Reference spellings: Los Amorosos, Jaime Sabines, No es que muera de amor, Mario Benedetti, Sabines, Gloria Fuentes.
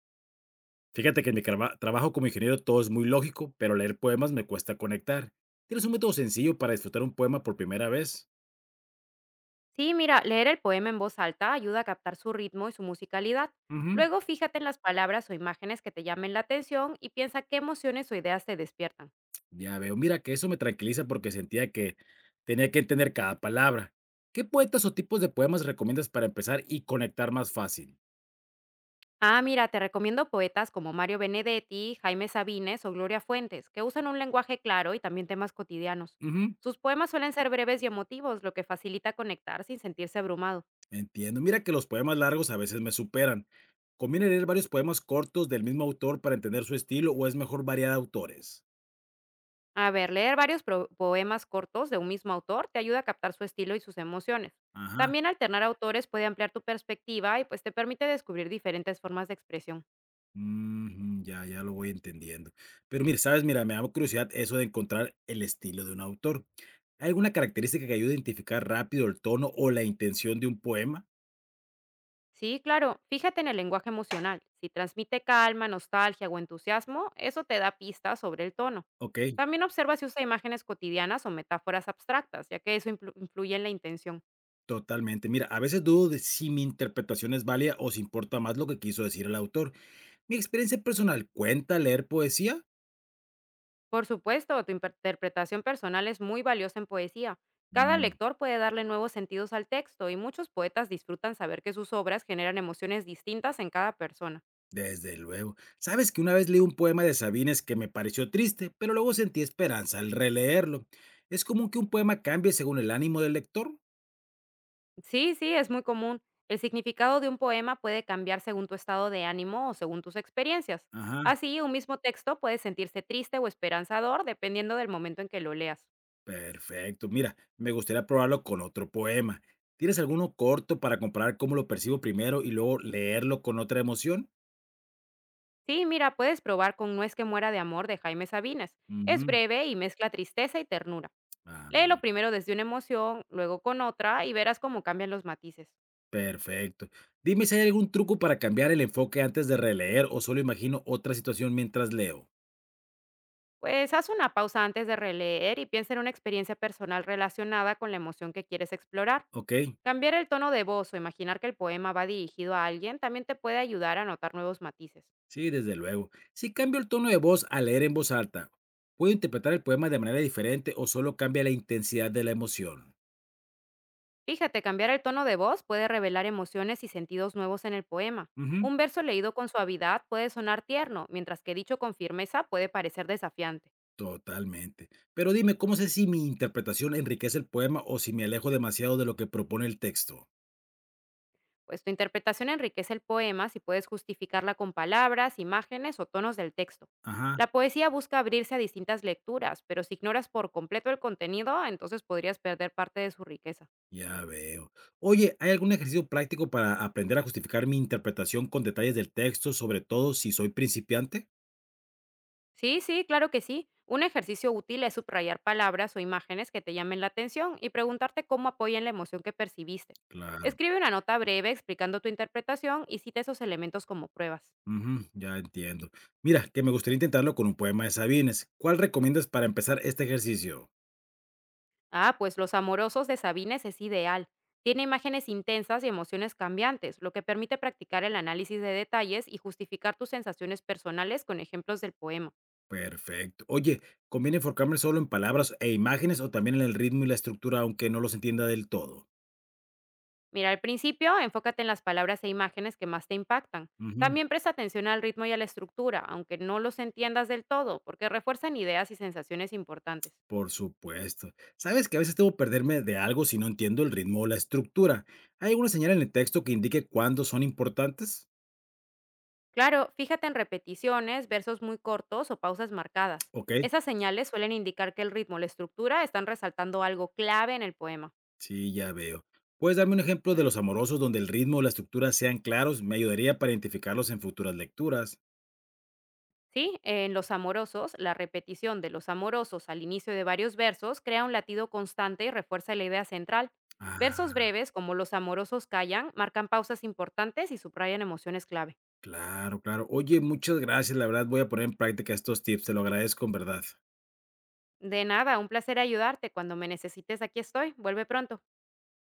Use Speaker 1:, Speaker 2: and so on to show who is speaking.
Speaker 1: Fíjate que en mi trabajo como ingeniero todo es muy lógico, pero leer poemas me cuesta conectar. ¿Tienes un método sencillo para disfrutar un poema por primera vez?
Speaker 2: Sí, mira, leer el poema en voz alta ayuda a captar su ritmo y su musicalidad.
Speaker 1: Ujú.
Speaker 2: Luego fíjate en las palabras o imágenes que te llamen la atención y piensa qué emociones o ideas te despiertan.
Speaker 1: Ya veo, mira que eso me tranquiliza porque sentía que tenía que entender cada palabra. ¿Qué poetas o tipos de poemas recomiendas para empezar y conectar más fácil?
Speaker 2: Ah, mira, te recomiendo poetas como Mario Benedetti, Jaime Sabines o Gloria Fuentes, que usan un lenguaje claro y también temas cotidianos.
Speaker 1: Ujú.
Speaker 2: Sus poemas suelen ser breves y emotivos, lo que facilita conectar sin sentirse abrumado.
Speaker 1: Entiendo, mira que los poemas largos a veces me superan. ¿Conviene leer varios poemas cortos del mismo autor para entender su estilo o es mejor variar autores?
Speaker 2: A ver, leer varios poemas cortos de un mismo autor te ayuda a captar su estilo y sus emociones.
Speaker 1: Ajá.
Speaker 2: También alternar autores puede ampliar tu perspectiva y pues te permite descubrir diferentes formas de expresión.
Speaker 1: Ujú, ya, ya lo voy entendiendo. Pero mira, sabes, mira, me da curiosidad eso de encontrar el estilo de un autor. ¿Hay alguna característica que ayude a identificar rápido el tono o la intención de un poema?
Speaker 2: Sí, claro, fíjate en el lenguaje emocional. Si transmite calma, nostalgia o entusiasmo, eso te da pistas sobre el tono.
Speaker 1: Ok,
Speaker 2: También observa si usa imágenes cotidianas o metáforas abstractas, ya que eso influye en la intención.
Speaker 1: totalmente. Mira, a veces dudo de si mi interpretación es válida o si importa más lo que quiso decir el autor. Mi experiencia personal, ¿cuenta leer poesía?
Speaker 2: Por supuesto, tu interpretación personal es muy valiosa en poesía. Cada
Speaker 1: Mm,
Speaker 2: lector puede darle nuevos sentidos al texto y muchos poetas disfrutan saber que sus obras generan emociones distintas en cada persona.
Speaker 1: desde luego. Sabes que una vez leí un poema de Sabines que me pareció triste, pero luego sentí esperanza al releerlo. ¿Es común que un poema cambie según el ánimo del lector?
Speaker 2: Sí, sí, es muy común. El significado de un poema puede cambiar según tu estado de ánimo o según tus experiencias.
Speaker 1: Ajá,
Speaker 2: Así, un mismo texto puede sentirse triste o esperanzador dependiendo del momento en que lo leas.
Speaker 1: perfecto. Mira, me gustaría probarlo con otro poema. ¿Tienes alguno corto para comparar cómo lo percibo primero y luego leerlo con otra emoción?
Speaker 2: Sí, mira, puedes probar con No es que muera de amor de Jaime Sabines. Es
Speaker 1: Ujú.
Speaker 2: breve y mezcla tristeza y ternura.
Speaker 1: Ah,
Speaker 2: Léelo primero desde una emoción, luego con otra y verás cómo cambian los matices.
Speaker 1: perfecto. Dime si hay algún truco para cambiar el enfoque antes de releer o solo imagino otra situación mientras leo.
Speaker 2: Pues haz una pausa antes de releer y piensa en una experiencia personal relacionada con la emoción que quieres explorar.
Speaker 1: Ok,
Speaker 2: Cambiar el tono de voz o imaginar que el poema va dirigido a alguien también te puede ayudar a notar nuevos matices.
Speaker 1: sí, desde luego. Si cambio el tono de voz al leer en voz alta, ¿puedo interpretar el poema de manera diferente o solo cambia la intensidad de la emoción?
Speaker 2: Fíjate, cambiar el tono de voz puede revelar emociones y sentidos nuevos en el poema. Un verso leído con suavidad puede sonar tierno, mientras que dicho con firmeza puede parecer desafiante.
Speaker 1: Totalmente. Pero dime, ¿cómo sé si mi interpretación enriquece el poema o si me alejo demasiado de lo que propone el texto?
Speaker 2: Pues tu interpretación enriquece el poema si puedes justificarla con palabras, imágenes o tonos del texto.
Speaker 1: Ajá,
Speaker 2: La poesía busca abrirse a distintas lecturas, pero si ignoras por completo el contenido, entonces podrías perder parte de su riqueza.
Speaker 1: ya veo. Oye, ¿hay algún ejercicio práctico para aprender a justificar mi interpretación con detalles del texto, sobre todo si soy principiante?
Speaker 2: Sí, sí, claro que sí. Un ejercicio útil es subrayar palabras o imágenes que te llamen la atención y preguntarte cómo apoyan la emoción que percibiste.
Speaker 1: Claro.
Speaker 2: Escribe una nota breve explicando tu interpretación y cita esos elementos como pruebas.
Speaker 1: Ujú, ya entiendo. Mira, que me gustaría intentarlo con un poema de Sabines. ¿Cuál recomiendas para empezar este ejercicio?
Speaker 2: Ah, pues Los Amorosos de Sabines es ideal. Tiene imágenes intensas y emociones cambiantes, lo que permite practicar el análisis de detalles y justificar tus sensaciones personales con ejemplos del poema.
Speaker 1: Perfecto. Oye, ¿conviene enfocarme solo en palabras e imágenes o también en el ritmo y la estructura, aunque no los entienda del todo?
Speaker 2: Mira, al principio, enfócate en las palabras e imágenes que más te impactan. También presta atención al ritmo y a la estructura, aunque no los entiendas del todo, porque refuerzan ideas y sensaciones importantes.
Speaker 1: Por supuesto. Sabes que a veces debo perderme de algo si no entiendo el ritmo o la estructura. ¿Hay alguna señal en el texto que indique cuándo son importantes?
Speaker 2: Claro, fíjate en repeticiones, versos muy cortos o pausas marcadas.
Speaker 1: Ok,
Speaker 2: Esas señales suelen indicar que el ritmo o la estructura están resaltando algo clave en el poema.
Speaker 1: sí, ya veo. ¿Puedes darme un ejemplo de los amorosos donde el ritmo o la estructura sean claros? Me ayudaría para identificarlos en futuras lecturas.
Speaker 2: Sí, en los amorosos, la repetición de los amorosos al inicio de varios versos crea un latido constante y refuerza la idea central.
Speaker 1: Ah,
Speaker 2: Versos breves, como los amorosos callan, marcan pausas importantes y subrayan emociones clave.
Speaker 1: claro, claro. Oye, muchas gracias. La verdad, voy a poner en práctica estos tips. Te lo agradezco en verdad.
Speaker 2: De nada, un placer ayudarte. Cuando me necesites, aquí estoy. Vuelve pronto.